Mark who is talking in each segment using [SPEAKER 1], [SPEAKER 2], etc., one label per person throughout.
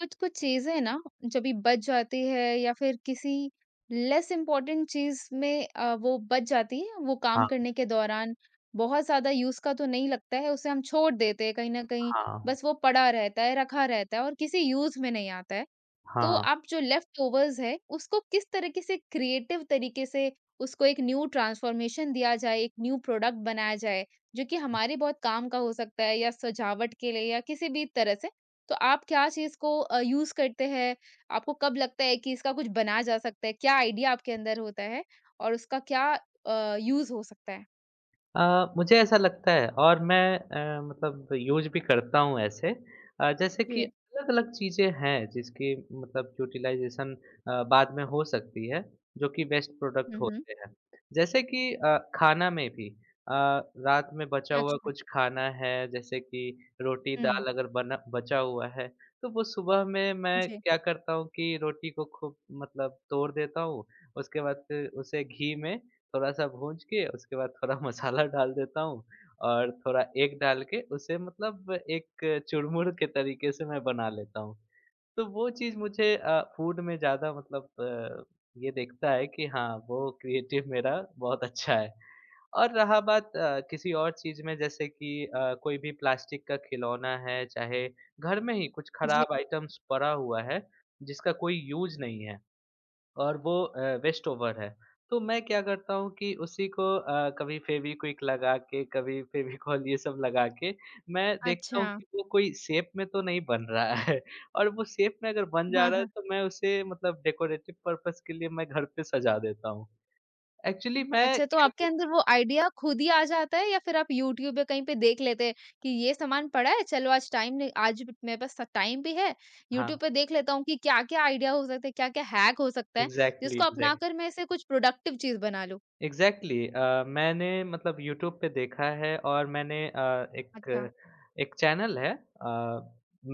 [SPEAKER 1] कुछ-कुछ चीज़ें ना जभी बच जाती है या फिर किसी लेस इम्पोर्टेंट चीज़ में वो बच जाती है, वो काम
[SPEAKER 2] हाँ,
[SPEAKER 1] करने के दौरान बहुत ज़्यादा यूज़ का तो नहीं लगता है, उसे हम छोड़ देते हैं कहीं न कहीं,
[SPEAKER 2] हाँ,
[SPEAKER 1] बस वो पड़ा रहता है, रखा रहता है और किसी यूज़ में नहीं आता है। तो
[SPEAKER 2] हाँ,
[SPEAKER 1] आप जो लेफ्टओवर्स है, उसको किस तरीके से क्रिएटिव तरीके से उसको एक न्यू ट्रांसफॉर्मेशन दिया जाए, एक न्यू प्रोडक्ट बनाया जाए, जो कि
[SPEAKER 2] हाँ।
[SPEAKER 1] हमारे बहुत काम का हो सकता है या सजावट के लिए या किसी भी तरह से। तो आप क्या चीज़ को यूज़ करते हैं? आपको कब लगता है कि इसका कुछ बनाया जा सकता है? क्या आइडिया आपके अंदर होता है और उसका क्या यूज़ हो सकता है?
[SPEAKER 2] मुझे ऐसा लगता है और मैं मतलब यूज़ भी करता हूँ ऐसे जैसे कि
[SPEAKER 1] जी।
[SPEAKER 2] अलग-अलग चीज़ें हैं जिसकी मतलब यूटिलाइज़ेशन बाद में हो सकती है, जो कि वेस्ट प्रोडक्ट
[SPEAKER 1] हुँ, हुँ।
[SPEAKER 2] होते हैं। जैसे कि खाना में भी रात में बचा हुआ
[SPEAKER 1] अच्छा।
[SPEAKER 2] कुछ खाना है जैसे कि
[SPEAKER 1] हुँ।
[SPEAKER 2] रोटी-दाल अगर बना बचा हुआ है, तो वो सुबह में मैं
[SPEAKER 1] जी।
[SPEAKER 2] क्या करता हूँ कि रोटी को खूब मतलब तोड़ देता हूँ, उसके बाद फिर उसे घी में थोड़ा-सा भूँज के उसके बाद थोड़ा मसाला डाल देता हूँ और थोड़ा एग डाल के उसे मतलब एक चुरमुर के तरीके से मैं बना लेता हूँ। तो वो चीज़ मुझे फूड में ज़्यादा मतलब ये दिखता है कि हाँ, वो क्रिएटिव मेरा बहुत अच्छा है। और रहा बात किसी और चीज़ में जैसे कि कोई भी प्लास्टिक का खिलौना है, चाहे घर में ही कुछ
[SPEAKER 1] जी।
[SPEAKER 2] खराब आइटम्स पड़ा हुआ है, जिसका कोई यूज़ नहीं है। और वो वेस्ट ओवर है। तो मैं क्या करता हूँ कि उसी को कभी फ़ेविक्विक लगा के, कभी फ़ेविकॉल ये सब लगा के मैं देखता
[SPEAKER 1] अच्छा।
[SPEAKER 2] हूँ कि वो कोई शेप में तो नहीं बन रहा है और वो शेप में अगर बन जा
[SPEAKER 1] हाँ,
[SPEAKER 2] रहा है
[SPEAKER 1] हाँ।
[SPEAKER 2] तो मैं उसे मतलब डेकोरेटिव पर्पज़ के लिए मैं घर पे सजा देता हूँ। एक्चुअली मैं
[SPEAKER 1] अच्छा, तो
[SPEAKER 2] क्या।
[SPEAKER 1] आपके अंदर वो आइडिया खुद ही आ जाता है या फिर आप यूट्यूब या कहीं पे देख लेते हैं कि ये सामान पड़ा है, चलो आज टाइम नहीं आज भी- मेरे पास टाइम भी है,
[SPEAKER 2] हाँ,
[SPEAKER 1] यूट्यूब पे देख लेता हूँ कि क्या-क्या आइडिया हो सकता है, क्या-क्या हैक हो सकता है,
[SPEAKER 2] एग्ज़ैक्टली,
[SPEAKER 1] जिसको
[SPEAKER 2] एग्ज़ैक्ट।
[SPEAKER 1] अपनाकर मैं इसे कुछ प्रोडक्टिव चीज़ बना लूँ?
[SPEAKER 2] एग्ज़ैक्टली मैंने मतलब यूट्यूब पे देखा है और मैंने
[SPEAKER 1] अच्छा,
[SPEAKER 2] एक एक चैनल है,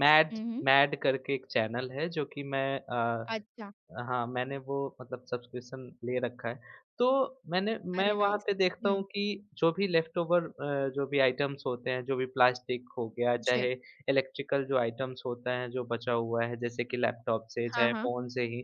[SPEAKER 2] मैड
[SPEAKER 1] हुँ, हुँ।
[SPEAKER 2] मैड करके एक चैनल है जो कि मैं
[SPEAKER 1] अच्छा,
[SPEAKER 2] हाँ, मैंने वो मतलब सब्सक्रिप्शन ले रखा है। तो मैं
[SPEAKER 1] अरे
[SPEAKER 2] वहाँ
[SPEAKER 1] नाइस!
[SPEAKER 2] पे देखता हूँ
[SPEAKER 1] हुँ,
[SPEAKER 2] कि जो भी लेफ्ट ओवर जो भी आइटम्स होते हैं, जो भी प्लास्टिक हो गया,
[SPEAKER 1] जी,
[SPEAKER 2] चाहे इलेक्ट्रिकल जो आइटम्स होता है, जो बचा हुआ है, जैसे कि लैपटॉप से,
[SPEAKER 1] हाँ,
[SPEAKER 2] चाहे
[SPEAKER 1] हाँ।
[SPEAKER 2] फ़ोन से ही,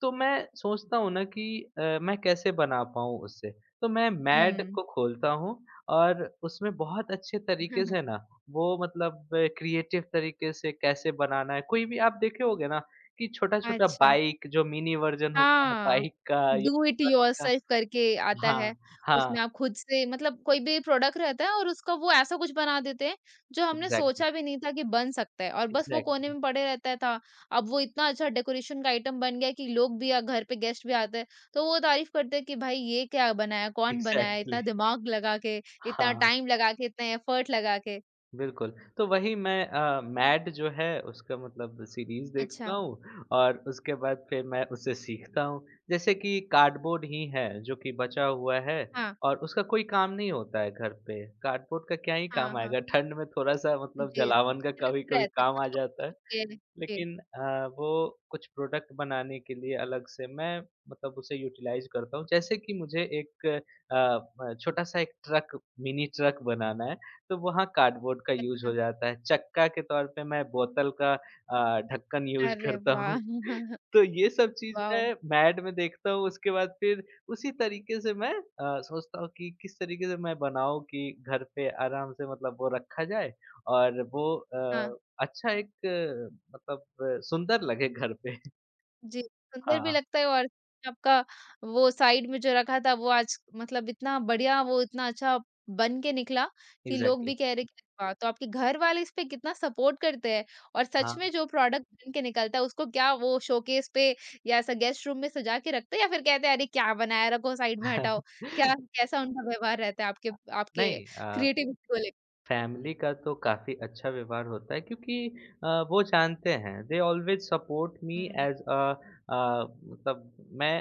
[SPEAKER 2] तो मैं सोचता हूँ ना कि मैं कैसे बना पाऊँ उससे? तो मैं मैड
[SPEAKER 1] हुँ।
[SPEAKER 2] को खोलता हूँ और उसमें बहुत अच्छे तरीके से ना, वो मतलब क्रिएटिव तरीके से कैसे बनाना है, कोई भी आप देखे होंगे ना कि छोटा-छोटा
[SPEAKER 1] अच्छा।
[SPEAKER 2] बाइक जो मिनी वर्ज़न होता है
[SPEAKER 1] हाँ,
[SPEAKER 2] बाइक का या
[SPEAKER 1] डू इट
[SPEAKER 2] ट्रक का।
[SPEAKER 1] योरसेल्फ करके आता
[SPEAKER 2] हाँ,
[SPEAKER 1] है।
[SPEAKER 2] हाँ,
[SPEAKER 1] उसमें आप खुद से मतलब कोई भी प्रोडक्ट रहता है और उसका वो ऐसा कुछ बना देते हैं, जो हमने
[SPEAKER 2] एग्ज़ैक्टली,
[SPEAKER 1] सोचा भी नहीं था कि बन सकता है और बस वो कोने
[SPEAKER 2] एग्ज़ैक्टली,
[SPEAKER 1] में पड़े रहता है था। अब वो इतना अच्छा डेकोरेशन का आइटम बन गया कि लोग भी घर पे गेस्ट भी आते हैं, तो वो तारीफ़ करते हैं कि भाई ये क्या बनाया? कौन बनाया?
[SPEAKER 2] एग्ज़ैक्टली।
[SPEAKER 1] इतना दिमाग लगा के, इतना
[SPEAKER 2] हाँ,
[SPEAKER 1] टाइम लगा के, इतना एफर्ट लगा के।
[SPEAKER 2] बिल्कुल। तो वही मैं मैड जो है उसका मतलब सीरीज़ देखता
[SPEAKER 1] अच्छा,
[SPEAKER 2] हूँ और उसके बाद फिर मैं उससे सीखता हूँ। जैसे कि कार्डबोर्ड ही है जो कि बचा हुआ है
[SPEAKER 1] हाँ,
[SPEAKER 2] और उसका कोई काम नहीं होता है घर पे। कार्डबोर्ड का क्या ही
[SPEAKER 1] हाँ,
[SPEAKER 2] काम
[SPEAKER 1] हाँ।
[SPEAKER 2] आएगा ठंड में थोड़ा-सा मतलब
[SPEAKER 1] जी,
[SPEAKER 2] जलावन का कभी-कभी
[SPEAKER 1] रहते हैं।
[SPEAKER 2] काम
[SPEAKER 1] हम
[SPEAKER 2] आ
[SPEAKER 1] तो खुश
[SPEAKER 2] जाता है।
[SPEAKER 1] होते हैं। जी,
[SPEAKER 2] लेकिन वो कुछ प्रोडक्ट बनाने के लिए अलग से मैं मतलब उसे यूटिलाइज़ करता हूँ। जैसे कि मुझे एक छोटा-सा एक ट्रक मिनी ट्रक बनाना है, तो वहाँ कार्डबोर्ड का यूज़ हो
[SPEAKER 1] अच्छा।
[SPEAKER 2] जाता है। चक्का के तौर पे मैं बोतल का ढक्कन यूज़
[SPEAKER 1] अरे
[SPEAKER 2] करता हूँ।
[SPEAKER 1] वाह!
[SPEAKER 2] तो ये सब चीज़
[SPEAKER 1] वाओ!
[SPEAKER 2] मैं मैड में देखता हूँ, उसके बाद फिर उसी तरीके से मैं सोचता हूँ कि किस तरीके से मैं बनाऊँ कि घर पे आराम से मतलब वो रखा जाए और वो
[SPEAKER 1] हाँ,
[SPEAKER 2] अच्छा एक मतलब सुंदर लगे घर पे।
[SPEAKER 1] जी, सुंदर भी
[SPEAKER 2] हाँ,
[SPEAKER 1] लगता है और आपका वो साइड में जो रखा था वो आज मतलब इतना बढ़िया वो इतना अच्छा बन के निकला कि लोग
[SPEAKER 2] एग्ज़ैक्टली।
[SPEAKER 1] भी कह रहे कि वाह! तो आपके घर वाले इस पे कितना सपोर्ट करते हैं और सच
[SPEAKER 2] हाँ।
[SPEAKER 1] में जो प्रोडक्ट बन के निकलता है उसको क्या वो शोकेस पे या ऐसा गेस्ट रूम में सजा के रखते हैं या फिर कहते हैं अरे क्या बनाया रखो साइड में हटाओ? क्या कैसा उनका व्यवहार रहता है आपके आपके
[SPEAKER 2] नहीं,
[SPEAKER 1] क्रिएटिविटी को लेके?
[SPEAKER 2] फैमिली का तो काफ़ी अच्छा व्यवहार होता है क्योंकि वो जानते हैं दे ऑलवेज़ सपोर्ट मी
[SPEAKER 1] हुँ,
[SPEAKER 2] एज़ अ मतलब मैं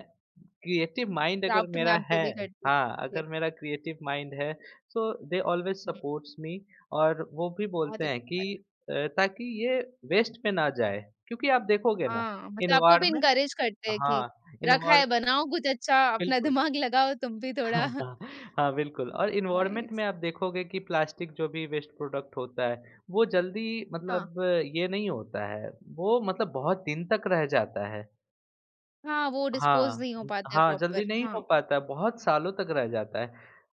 [SPEAKER 2] क्रिएटिव माइंड अगर
[SPEAKER 1] क्राफ्ट में
[SPEAKER 2] मेरा
[SPEAKER 1] आप जो
[SPEAKER 2] है।
[SPEAKER 1] भी करते
[SPEAKER 2] हाँ,
[SPEAKER 1] हैं।
[SPEAKER 2] अगर मेरा क्रिएटिव माइंड है सो दे ऑलवेज़
[SPEAKER 1] हुँ,
[SPEAKER 2] सपोर्ट्स मी और वो भी
[SPEAKER 1] बहुत
[SPEAKER 2] बोलते हैं
[SPEAKER 1] अच्छी
[SPEAKER 2] कि
[SPEAKER 1] बात।
[SPEAKER 2] ताकि ये वेस्ट में ना जाए क्योंकि आप देखोगे ना
[SPEAKER 1] हाँ, मतलब आपको भी
[SPEAKER 2] एनवायरनमेंट।
[SPEAKER 1] इनकरेज करते हैं कि
[SPEAKER 2] हाँ,
[SPEAKER 1] रखा
[SPEAKER 2] इन्वॉल्व।
[SPEAKER 1] है, बनाओ कुछ अच्छा, अपना
[SPEAKER 2] बिल्कुल।
[SPEAKER 1] दिमाग लगाओ तुम भी
[SPEAKER 2] हाँ,
[SPEAKER 1] थोड़ा।
[SPEAKER 2] हाँ, हाँ, बिल्कुल। और इन्वायरमेंट में
[SPEAKER 1] नाइस।
[SPEAKER 2] आप देखोगे कि प्लास्टिक जो भी वेस्ट प्रोडक्ट होता है, वो जल्दी
[SPEAKER 1] हाँ,
[SPEAKER 2] मतलब ये नहीं होता है, वो मतलब बहुत दिन तक रह जाता है।
[SPEAKER 1] हाँ, वो डिस्पोज़
[SPEAKER 2] हाँ,
[SPEAKER 1] नहीं हो पाता है
[SPEAKER 2] हाँ, जल्दी
[SPEAKER 1] प्रॉपर।
[SPEAKER 2] नहीं हो
[SPEAKER 1] हाँ।
[SPEAKER 2] पाता है, बहुत सालों तक रह जाता है।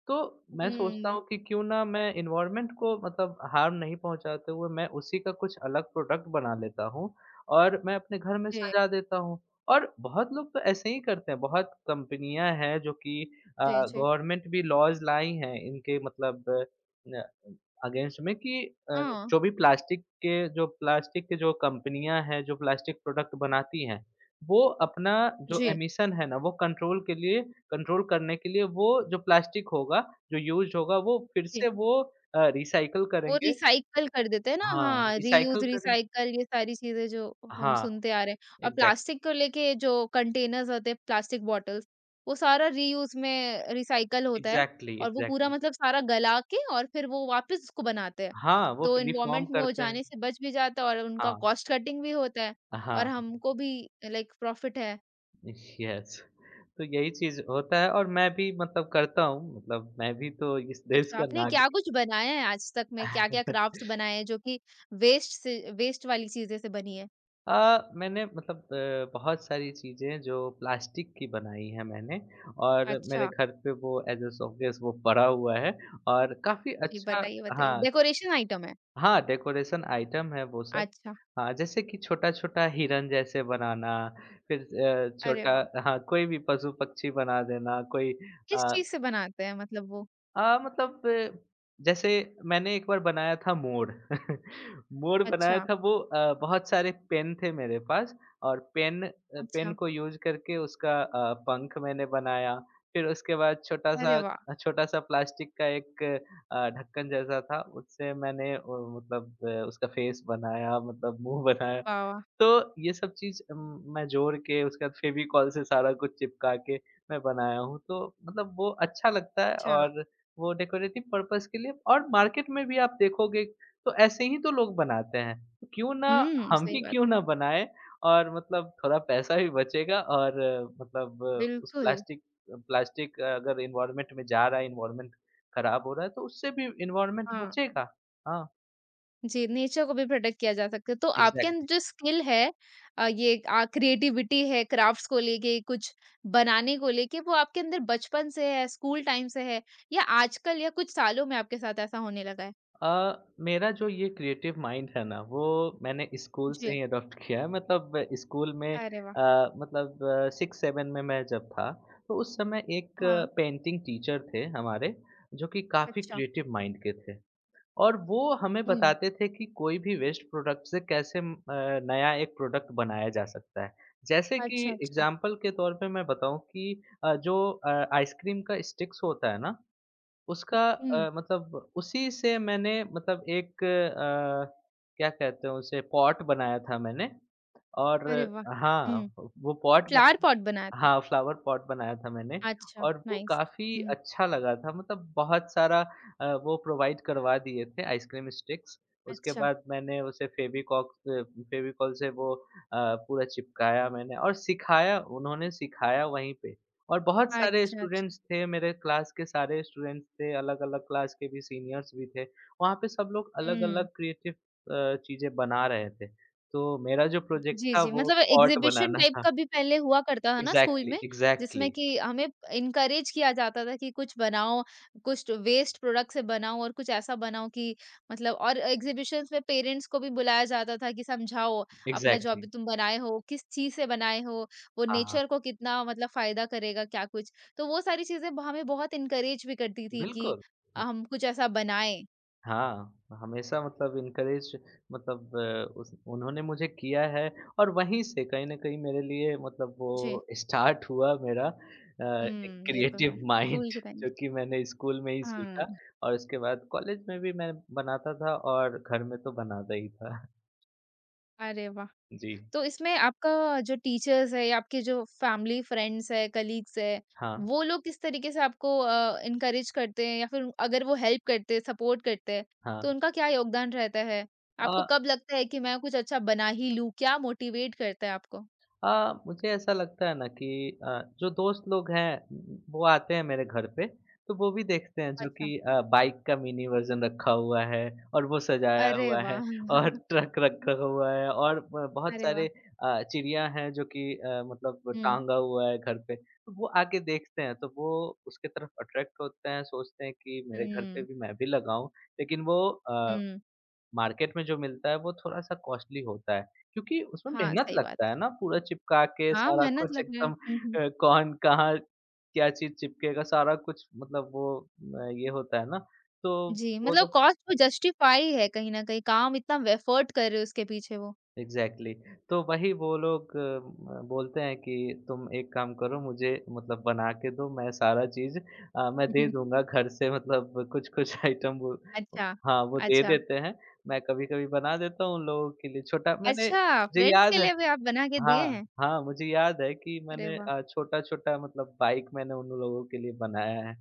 [SPEAKER 2] तो मैं सोचता हूँ
[SPEAKER 1] हुँ,
[SPEAKER 2] कि क्यों ना मैं एनवायरनमेंट को मतलब हार्म नहीं पहुँचाते हुए मैं उसी का कुछ अलग प्रोडक्ट बना लेता हूँ और मैं अपने घर में
[SPEAKER 1] जी,
[SPEAKER 2] सजा देता हूँ। और बहुत लोग तो ऐसे ही करते हैं, बहुत कंपनियाँ हैं जो कि
[SPEAKER 1] जी, जी।
[SPEAKER 2] गवर्नमेंट भी लॉज़ लाई हैं इनके मतलब अगेंस्ट में कि अ,
[SPEAKER 1] हाँ,
[SPEAKER 2] जो भी प्लास्टिक के जो कंपनियाँ हैं, जो प्लास्टिक प्रोडक्ट बनाती हैं, वो अपना जो
[SPEAKER 1] जी,
[SPEAKER 2] एमिशन है ना, वो कंट्रोल के लिए कंट्रोल करने के लिए वो जो प्लास्टिक होगा, जो यूज़ होगा वो फिर
[SPEAKER 1] जी।
[SPEAKER 2] से वो रिसाइकल
[SPEAKER 1] वो
[SPEAKER 2] करेंगे।
[SPEAKER 1] रिसाइकल कर देते हैं ना
[SPEAKER 2] हाँ,
[SPEAKER 1] हाँ,
[SPEAKER 2] रिसाइकल
[SPEAKER 1] रीयूज़,
[SPEAKER 2] करें।
[SPEAKER 1] रिसाइकल ये सारी चीज़ें जो हम
[SPEAKER 2] हाँ,
[SPEAKER 1] सुनते आ रहे हैं और
[SPEAKER 2] एग्ज़ैक्टली,
[SPEAKER 1] प्लास्टिक को लेके जो कंटेनर्स होते हैं, प्लास्टिक बॉटल्स, वो सारा रीयूज़ में रिसाइकल होता है
[SPEAKER 2] एग्ज़ैक्टली,
[SPEAKER 1] और वो पूरा
[SPEAKER 2] एग्ज़ैक्टली।
[SPEAKER 1] मतलब सारा गला के और फिर वो वापस उसको बनाते हैं।
[SPEAKER 2] हाँ, वो
[SPEAKER 1] तो
[SPEAKER 2] फिर रिफ़ॉर्म
[SPEAKER 1] एनवायरनमेंट में वो
[SPEAKER 2] करते हैं।
[SPEAKER 1] जाने से बच भी जाता है और उनका
[SPEAKER 2] हाँ,
[SPEAKER 1] कॉस्ट कटिंग भी होता है और
[SPEAKER 2] हाँ,
[SPEAKER 1] हमको भी लाइक प्रॉफिट है।
[SPEAKER 2] यस। तो यही चीज़ होता है और मैं भी मतलब करता हूँ, मतलब मैं भी तो इस देश
[SPEAKER 1] अच्छा,
[SPEAKER 2] का
[SPEAKER 1] आपने क्या
[SPEAKER 2] नागरिक।
[SPEAKER 1] कुछ बनाया है आज तक में? क्या-क्या क्राफ्ट्स बनाए हैं जो कि वेस्ट से वेस्ट वाली चीज़ें से बनी है?
[SPEAKER 2] मैंने मतलब बहुत सारी चीज़ें जो प्लास्टिक की बनाई हैं मैंने और मेरे
[SPEAKER 1] अच्छा।
[SPEAKER 2] घर पे वो एज़ अ शोकेस वो पड़ा हुआ है और काफ़ी
[SPEAKER 1] जी,
[SPEAKER 2] अच्छा।
[SPEAKER 1] बताइए, बताइए।
[SPEAKER 2] हाँ,
[SPEAKER 1] डेकोरेशन आइटम है?
[SPEAKER 2] हाँ, डेकोरेशन आइटम है वो सब।
[SPEAKER 1] अच्छा,
[SPEAKER 2] हाँ, जैसे कि छोटा-छोटा हिरन जैसे बनाना, फिर
[SPEAKER 1] अरे वाह!
[SPEAKER 2] छोटा। हाँ, कोई भी पशु-पक्षी बना देना, कोई
[SPEAKER 1] किस
[SPEAKER 2] अ
[SPEAKER 1] चीज़ से बनाते हैं मतलब वो?
[SPEAKER 2] हाँ, मतलब जैसे मैंने एक बार बनाया था मोर। मोर बनाया
[SPEAKER 1] अच्छा,
[SPEAKER 2] था वो बहुत सारे पेन थे मेरे पास और पेन
[SPEAKER 1] अच्छा,
[SPEAKER 2] को यूज़ करके उसका पंख मैंने बनाया। फिर उसके बाद छोटा-सा
[SPEAKER 1] अरे वाह!
[SPEAKER 2] अ, छोटा-सा प्लास्टिक का एक ढक्कन जैसा था, उससे मैंने मतलब उसका फेस बनाया, मतलब मुँह बनाया।
[SPEAKER 1] वाह, वाह!
[SPEAKER 2] तो ये सब चीज़ मैं जोड़ के उसके बाद फेविकोल से सारा कुछ चिपका के मैं बनाया हूँ। तो मतलब वो अच्छा लगता है
[SPEAKER 1] अच्छा,
[SPEAKER 2] और वो डेकोरेटिव पर्पज़ के लिए और मार्केट में भी आप देखोगे तो ऐसे ही तो लोग बनाते हैं। तो क्यों ना
[SPEAKER 1] हुँ,
[SPEAKER 2] हम
[SPEAKER 1] सही
[SPEAKER 2] ही
[SPEAKER 1] बात
[SPEAKER 2] क्यों
[SPEAKER 1] है।
[SPEAKER 2] ना बनाएँ और मतलब थोड़ा पैसा भी बचेगा और मतलब उस
[SPEAKER 1] बिल्कुल,
[SPEAKER 2] प्लास्टिक प्लास्टिक अगर एनवायरनमेंट में जा रहा है, एनवायरनमेंट खराब हो रहा है तो उससे भी एनवायरनमेंट
[SPEAKER 1] हाँ।
[SPEAKER 2] बचेगा। हाँ,
[SPEAKER 1] जी, नेचर को भी प्रोटेक्ट किया जा सकता है। तो आपके
[SPEAKER 2] एग्ज़ैक्टली।
[SPEAKER 1] अंदर जो स्किल है क्रिएटिविटी है क्राफ्ट्स को लेके, कुछ बनाने को लेके, वो आपके अंदर बचपन से है, स्कूल टाइम से है या आजकल या कुछ सालों में आपके साथ ऐसा होने लगा है?
[SPEAKER 2] मेरा जो ये क्रिएटिव माइंड है ना वो मैंने स्कूल से ही
[SPEAKER 1] जी,
[SPEAKER 2] अडॉप्ट किया है मतलब स्कूल में
[SPEAKER 1] अरे वाह!
[SPEAKER 2] मतलब सिक्स सेवन में मैं जब था तो उस समय एक
[SPEAKER 1] हाँ,
[SPEAKER 2] पेंटिंग टीचर थे हमारे जो कि काफ़ी
[SPEAKER 1] अच्छा।
[SPEAKER 2] क्रिएटिव माइंड के थे और वो हमें
[SPEAKER 1] हुँ,
[SPEAKER 2] बताते थे कि कोई भी वेस्ट प्रोडक्ट से कैसे नया एक प्रोडक्ट बनाया जा सकता है, जैसे कि
[SPEAKER 1] अच्छा, अच्छा।
[SPEAKER 2] एग्जाम्पल के तौर पे मैं बताऊं कि जो आइसक्रीम का स्टिक्स होता है ना उसका
[SPEAKER 1] हुँ।
[SPEAKER 2] मतलब उसी से मैंने मतलब एक क्या कहते हैं उसे पॉट बनाया था मैंने और।
[SPEAKER 1] अरे वाह!
[SPEAKER 2] हाँ,
[SPEAKER 1] हुँ।
[SPEAKER 2] वो पॉट।
[SPEAKER 1] फ्लावर पॉट बनाया था?
[SPEAKER 2] हाँ, फ्लावर पॉट बनाया था मैंने
[SPEAKER 1] अच्छा,
[SPEAKER 2] और वो
[SPEAKER 1] नाइस।
[SPEAKER 2] काफ़ी
[SPEAKER 1] हुँ।
[SPEAKER 2] अच्छा लगा था मतलब बहुत सारा वो प्रोवाइड करवा दिए थे आइसक्रीम स्टिक्स। उसके
[SPEAKER 1] अच्छा,
[SPEAKER 2] बाद मैंने उसे फेविकोल से वो पूरा चिपकाया मैंने और सिखाया उन्होंने सिखाया वहीं पे। और बहुत सारे
[SPEAKER 1] अच्छा, अच्छा।
[SPEAKER 2] स्टूडेंट्स थे मेरे क्लास के सारे स्टूडेंट्स थे, अलग-अलग क्लास के भी सीनियर्स भी थे। वहाँ पे सब लोग
[SPEAKER 1] हुँ।
[SPEAKER 2] अलग-अलग क्रिएटिव चीज़ें बना रहे थे। तो मेरा जो प्रोजेक्ट
[SPEAKER 1] जी,
[SPEAKER 2] था
[SPEAKER 1] जी।
[SPEAKER 2] वो
[SPEAKER 1] मतलब
[SPEAKER 2] पॉट
[SPEAKER 1] एग्ज़िबिशन
[SPEAKER 2] बनाना
[SPEAKER 1] टाइप
[SPEAKER 2] था।
[SPEAKER 1] का भी पहले हुआ करता था ना स्कूल
[SPEAKER 2] एग्ज़ैक्टली,
[SPEAKER 1] में, जिसमें
[SPEAKER 2] एग्ज़ैक्टली,
[SPEAKER 1] कि हमें एनकरेज किया जाता था कि कुछ बनाओ, कुछ वेस्ट प्रोडक्ट से बनाओ और कुछ ऐसा बनाओ कि मतलब और एग्ज़िबिशन्स में पेरेंट्स को भी बुलाया जाता था कि समझाओ, अपना जो
[SPEAKER 2] एग्ज़ैक्टली।
[SPEAKER 1] अभी तुम बनाए हो, किस चीज़ से बनाए हो, वो
[SPEAKER 2] हाँ, हाँ,
[SPEAKER 1] नेचर को कितना मतलब फ़ायदा करेगा, क्या कुछ। तो वो सारी चीज़ें ब हमें बहुत एनकरेज भी करती थी कि
[SPEAKER 2] बिल्कुल। ह
[SPEAKER 1] हम कुछ ऐसा बनाएँ।
[SPEAKER 2] हाँ, हमेशा मतलब एनकरेज मतलब उस उन्होंने मुझे किया है और वहीं से कहीं न कहीं मेरे लिए मतलब वो
[SPEAKER 1] जी।
[SPEAKER 2] स्टार्ट हुआ मेरा एक
[SPEAKER 1] हुँ, ये तो है।
[SPEAKER 2] क्रिएटिव माइंड
[SPEAKER 1] स्कूल के टाइम
[SPEAKER 2] जो कि मैंने स्कूल में ही सीखा
[SPEAKER 1] हाँ।
[SPEAKER 2] और उसके बाद कॉलेज में भी मैं बनाता था और घर में तो बनाता ही था।
[SPEAKER 1] अरे वाह!
[SPEAKER 2] जी,
[SPEAKER 1] तो इसमें आपका जो टीचर्स है या आपके जो फैमिली फ्रेंड्स है, कलीग्स है,
[SPEAKER 2] हाँ,
[SPEAKER 1] वो लोग किस तरीके से आपको एनकरेज करते हैं या फिर अगर वो हेल्प करते हैं, सपोर्ट करते हैं, तो
[SPEAKER 2] हाँ।
[SPEAKER 1] उनका क्या योगदान रहता है?
[SPEAKER 2] अ
[SPEAKER 1] आपको कब लगता है कि मैं कुछ अच्छा बना ही लूँ? क्या मोटिवेट करता है आपको?
[SPEAKER 2] मुझे ऐसा लगता है ना कि जो दोस्त लोग हैं वो आते हैं मेरे घर पे, तो वो भी देखते हैं जो कि
[SPEAKER 1] अच्छा।
[SPEAKER 2] बाइक का मिनी वर्ज़न रखा हुआ है और वो सजाया
[SPEAKER 1] अरे
[SPEAKER 2] हुआ है
[SPEAKER 1] वाह!
[SPEAKER 2] और ट्रक रखा हुआ है और ब बहुत
[SPEAKER 1] अरे
[SPEAKER 2] सारे
[SPEAKER 1] वाह!
[SPEAKER 2] चिड़िया हैं जो कि मतलब
[SPEAKER 1] हुँ।
[SPEAKER 2] टाँगा हुआ है घर पे। तो वो आके देखते हैं, तो वो उसके तरफ अट्रैक्ट होते हैं, सोचते हैं कि मेरे घर पे
[SPEAKER 1] हुँ,
[SPEAKER 2] भी मैं भी लगाऊँ। लेकिन वो
[SPEAKER 1] हुँ।
[SPEAKER 2] मार्केट में जो मिलता है वो थोड़ा-सा कॉस्टली होता है, क्योंकि उसमें
[SPEAKER 1] हाँ,
[SPEAKER 2] मेहनत
[SPEAKER 1] सही बात
[SPEAKER 2] लगता
[SPEAKER 1] है।
[SPEAKER 2] है ना पूरा चिपका के
[SPEAKER 1] हाँ,
[SPEAKER 2] सारा
[SPEAKER 1] मेहनत
[SPEAKER 2] कुछ
[SPEAKER 1] लग रहा है।
[SPEAKER 2] एकदम
[SPEAKER 1] हुँ, हुँ।
[SPEAKER 2] कौन कहाँ क्या चीज़ चिपकेगा सारा कुछ मतलब वो ये होता है ना, तो
[SPEAKER 1] जी,
[SPEAKER 2] वो
[SPEAKER 1] मतलब
[SPEAKER 2] लोग
[SPEAKER 1] कॉस्ट वो जस्टिफाई है कहीं न कहीं, काम इतना एफर्ट कर रहे हो उसके पीछे वो।
[SPEAKER 2] एग्ज़ैक्टली तो वही वो लोग बोलते हैं कि तुम एक काम करो मुझे मतलब बना के दो मैं सारा चीज़ मैं दे दूँगा घर से मतलब कुछ-कुछ आइटम वो।
[SPEAKER 1] अच्छा,
[SPEAKER 2] हाँ, वो दे
[SPEAKER 1] अच्छा।
[SPEAKER 2] देते हैं। मैं कभी-कभी बना देता हूँ उन लोगों के लिए छोटा मैंने
[SPEAKER 1] अच्छा,
[SPEAKER 2] मुझे
[SPEAKER 1] फ्रेंड्स
[SPEAKER 2] याद
[SPEAKER 1] के
[SPEAKER 2] है।
[SPEAKER 1] लिए भी आप बना के दिए
[SPEAKER 2] हाँ,
[SPEAKER 1] हैं?
[SPEAKER 2] हाँ, मुझे याद है कि
[SPEAKER 1] अरे
[SPEAKER 2] मैंने
[SPEAKER 1] वाह!
[SPEAKER 2] छोटा-छोटा मतलब बाइक मैंने उन लोगों के लिए बनाया है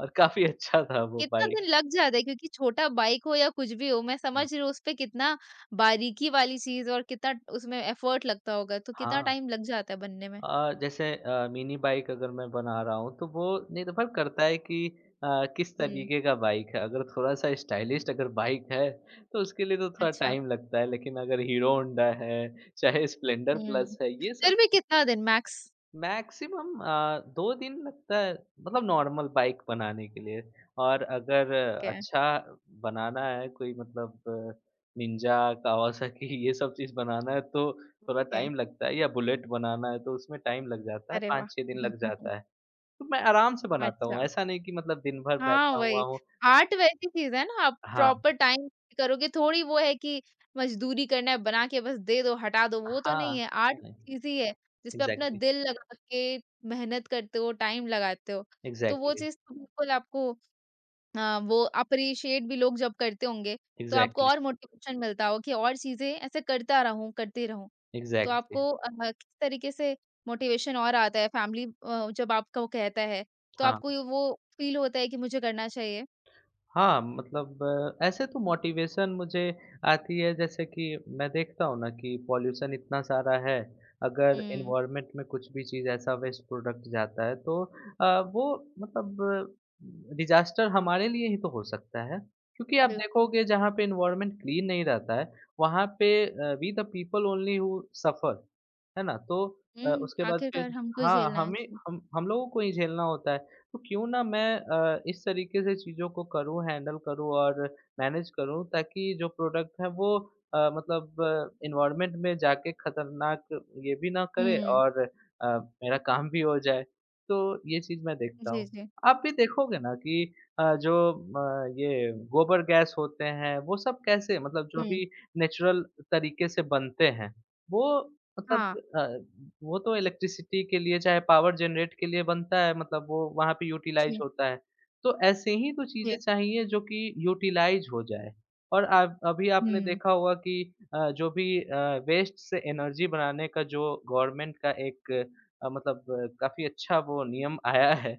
[SPEAKER 2] और काफ़ी अच्छा था वो
[SPEAKER 1] कितना
[SPEAKER 2] बाइक।
[SPEAKER 1] दिन लग जाता है क्योंकि छोटा बाइक हो या कुछ भी हो, मैं समझ रही हूँ उस पे कितना बारीकी वाली चीज़ और कितना उसमें एफर्ट लगता होगा, तो कितना
[SPEAKER 2] हाँ,
[SPEAKER 1] टाइम लग जाता है बनने में?
[SPEAKER 2] जैसे मिनी बाइक अगर मैं बना रहा हूँ तो वो निर्भर करता है कि अ, किस
[SPEAKER 1] हुँ,
[SPEAKER 2] तरीके का बाइक है। अगर थोड़ा-सा स्टाइलिश अगर बाइक है तो उसके लिए तो थोड़ा
[SPEAKER 1] अच्छा।
[SPEAKER 2] टाइम लगता है लेकिन अगर हीरो होंडा है, चाहे स्प्लेंडर
[SPEAKER 1] हुँ,
[SPEAKER 2] प्लस है, ये सब
[SPEAKER 1] फिर भी कितना दिन मैक्स?
[SPEAKER 2] मैक्सिमम 2 दिन लगता है मतलब नॉर्मल बाइक बनाने के लिए और अगर
[SPEAKER 1] ओके,
[SPEAKER 2] अच्छा बनाना है कोई मतलब निंजा, कावासाकी ये सब चीज़ बनाना है तो थोड़ा
[SPEAKER 1] ओके।
[SPEAKER 2] टाइम लगता है या बुलेट बनाना है तो उसमें टाइम लग जाता है,
[SPEAKER 1] अरे वाह!
[SPEAKER 2] 5-6 दिन लग जाता है। तो मैं आराम से बनाता हूँ,
[SPEAKER 1] अच्छा।
[SPEAKER 2] ऐसा नहीं कि मतलब दिन भर
[SPEAKER 1] हाँ,
[SPEAKER 2] बैठा हुआ
[SPEAKER 1] वही।
[SPEAKER 2] हूँ।
[SPEAKER 1] आर्ट वैसी चीज़ है ना, आप
[SPEAKER 2] हाँ,
[SPEAKER 1] प्रॉपर टाइम पे करोगे, थोड़ी वो है कि मज़दूरी करना है, बना के बस दे दो, हटा दो, वो तो नहीं
[SPEAKER 2] हाँ,
[SPEAKER 1] है। आर्ट
[SPEAKER 2] नहीं,
[SPEAKER 1] चीज़ ही है, जिसपे अपना
[SPEAKER 2] एग्ज़ैक्टली,
[SPEAKER 1] दिल लगा के मेहनत करते हो, टाइम लगाते हो, तो वो
[SPEAKER 2] एग्ज़ैक्टली,
[SPEAKER 1] चीज़ तो बिल्कुल आपको अ, वो अप्रिशिएट भी लोग जब करते होंगे, तो आपको
[SPEAKER 2] एग्ज़ैक्टली,
[SPEAKER 1] और मोटिवेशन मिलता हो कि और चीज़ें ऐसे करता रहूँ करती रहूँ।
[SPEAKER 2] एग्ज़ैक्टली, हाँ।
[SPEAKER 1] तो
[SPEAKER 2] exactly, exactly, exactly,
[SPEAKER 1] आपको किस तरीके से मोटिवेशन और आता है, फैमिली जब आपको कहता है, तो आपको
[SPEAKER 2] exactly।
[SPEAKER 1] ये वो फ़ील होता है कि मुझे करना चाहिए?
[SPEAKER 2] हाँ, मतलब ऐसे तो मोटिवेशन मुझे आती है जैसे कि मैं देखता हूँ ना कि पॉल्यूशन इतना सारा है, अगर
[SPEAKER 1] हुँ,
[SPEAKER 2] एनवायरनमेंट में कुछ भी चीज़ ऐसा वेस्ट प्रोडक्ट जाता है तो वो मतलब डिज़ास्टर हमारे लिए ही तो हो सकता है। क्योंकि आप
[SPEAKER 1] बिल्कुल।
[SPEAKER 2] देखोगे जहाँ पे एनवायरनमेंट क्लीन नहीं रहता है, वहाँ पे we the people only who suffer, है ना? तो
[SPEAKER 1] हुँ,
[SPEAKER 2] उसके बाद फिर
[SPEAKER 1] आखिरकार हमको ही
[SPEAKER 2] हाँ,
[SPEAKER 1] झेलना है।
[SPEAKER 2] हमें
[SPEAKER 1] जी।
[SPEAKER 2] हम लोगों को ही झेलना होता है। तो क्यों ना मैं इस तरीके से चीज़ों को करूँ, हैंडल करूँ और मैनेज करूँ ताकि जो प्रोडक्ट है वो मतलब एनवायरनमेंट में जाके खतरनाक ये भी ना करे
[SPEAKER 1] हुँ,
[SPEAKER 2] और अ, मेरा काम भी हो जाए। तो ये चीज़ मैं देखता
[SPEAKER 1] जी,
[SPEAKER 2] हूँ।
[SPEAKER 1] जी।
[SPEAKER 2] आप भी देखोगे ना कि जो म ये गोबर गैस होते हैं, वो सब कैसे मतलब जो
[SPEAKER 1] हुँ,
[SPEAKER 2] भी नेचुरल तरीके से बनते हैं, वो मतलब
[SPEAKER 1] हाँ,
[SPEAKER 2] अ, वो तो इलेक्ट्रिसिटी के लिए चाहे पावर जनरेट के लिए बनता है मतलब वो वहाँ पे यूटिलाइज़
[SPEAKER 1] जी,
[SPEAKER 2] होता है। तो ऐसे ही तो चीज़ें
[SPEAKER 1] जी।
[SPEAKER 2] चाहिए जो कि यूटिलाइज़ हो जाए। और आप अभी आपने
[SPEAKER 1] हुँ,
[SPEAKER 2] देखा होगा कि जो भी वेस्ट से एनर्जी बनाने का जो गवर्नमेंट का एक मतलब काफ़ी अच्छा वो नियम आया है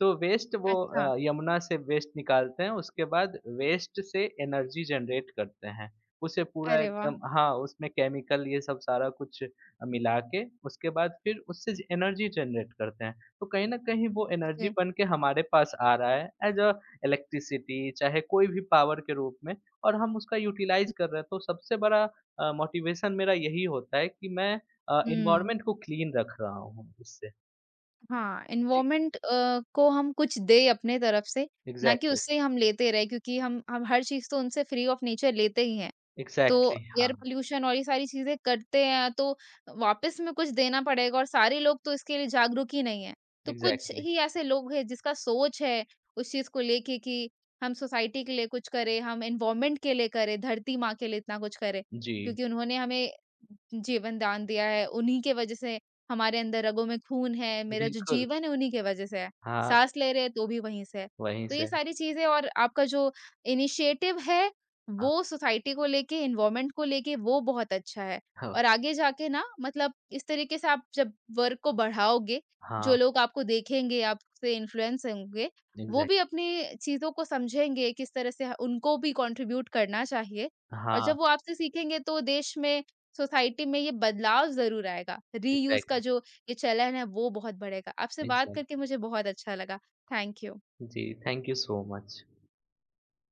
[SPEAKER 2] तो वेस्ट वो
[SPEAKER 1] अच्छा।
[SPEAKER 2] यमुना से वेस्ट निकालते हैं, उसके बाद वेस्ट से एनर्जी जनरेट करते हैं। उसे पूरा
[SPEAKER 1] अरे वाह!
[SPEAKER 2] एकदम हाँ, उसमें केमिकल ये सब सारा कुछ मिला के उसके बाद फिर उससे ज एनर्जी जनरेट करते हैं। तो कहीं न कहीं वो एनर्जी
[SPEAKER 1] जी।
[SPEAKER 2] बन के हमारे पास आ रहा है एज़ अ इलेक्ट्रिसिटी चाहे कोई भी पावर के रूप में और हम उसका यूटिलाइज़ कर रहे हैं। तो सबसे बड़ा मोटिवेशन मेरा यही होता है कि मैं
[SPEAKER 1] हुँ,
[SPEAKER 2] एनवायरनमेंट को क्लीन रख रहा हूँ इससे।
[SPEAKER 1] हाँ,
[SPEAKER 2] जी,
[SPEAKER 1] एनवायरनमेंट को हम कुछ दें अपने तरफ से, ना कि
[SPEAKER 2] एग्ज़ैक्टली,
[SPEAKER 1] उससे हम लेते रहें क्योंकि हम हर चीज़ तो उनसे फ्री ऑफ नेचर लेते ही हैं। तो
[SPEAKER 2] एग्ज़ैक्टली,
[SPEAKER 1] एयर
[SPEAKER 2] हाँ।
[SPEAKER 1] पॉल्यूशन और ये सारी चीज़ें करते हैं, तो वापस में कुछ देना पड़ेगा और सारे लोग तो इसके लिए जागरूक ही नहीं है। तो कुछ
[SPEAKER 2] एग्ज़ैक्टली,
[SPEAKER 1] ही ऐसे लोग हैं जिसका सोच है उस चीज़ को लेके कि हम सोसाइटी के लिए कुछ करें, हम एनवायरनमेंट के लिए करें, धरती माँ के लिए इतना कुछ करें,
[SPEAKER 2] जी,
[SPEAKER 1] क्योंकि उन्होंने हमें जीवन दान दिया है, उन्हीं के वजह से हमारे अंदर रगों में खून है, मेरा जो
[SPEAKER 2] बिल्कुल।
[SPEAKER 1] जीवन है उन्हीं के वजह से है,
[SPEAKER 2] हाँ,
[SPEAKER 1] साँस ले रहे हैं तो भी वहीं से है।
[SPEAKER 2] वहीं
[SPEAKER 1] तो ये
[SPEAKER 2] से
[SPEAKER 1] सारी चीज़ें और आपका जो इनिशिएटिव है
[SPEAKER 2] हाँ,
[SPEAKER 1] वो सोसाइटी को लेके, एनवायरनमेंट को लेके वो बहुत अच्छा है।
[SPEAKER 2] हो
[SPEAKER 1] और आगे जाके ना मतलब इस तरीके से आप जब वर्क को बढ़ाओगे,
[SPEAKER 2] हाँ,
[SPEAKER 1] जो लोग आपको देखेंगे, आपसे इन्फ्लुएंस होंगे, वो
[SPEAKER 2] एग्ज़ैक्ट
[SPEAKER 1] भी अपनी चीज़ों को समझेंगे, किस तरह से ह उनको भी कंट्रीब्यूट करना चाहिए। और
[SPEAKER 2] हाँ,
[SPEAKER 1] जब वो आपसे सीखेंगे तो देश में, सोसाइटी में ये बदलाव ज़रूर आएगा। रीयूज़ का
[SPEAKER 2] एग्ज़ैक्टली,
[SPEAKER 1] जो ये चलन है वो बहुत बढ़ेगा। आपसे बात करके
[SPEAKER 2] एग्ज़ैक्ट
[SPEAKER 1] मुझे बहुत अच्छा लगा। Thank you.
[SPEAKER 2] जी, थैंक यू सो मच।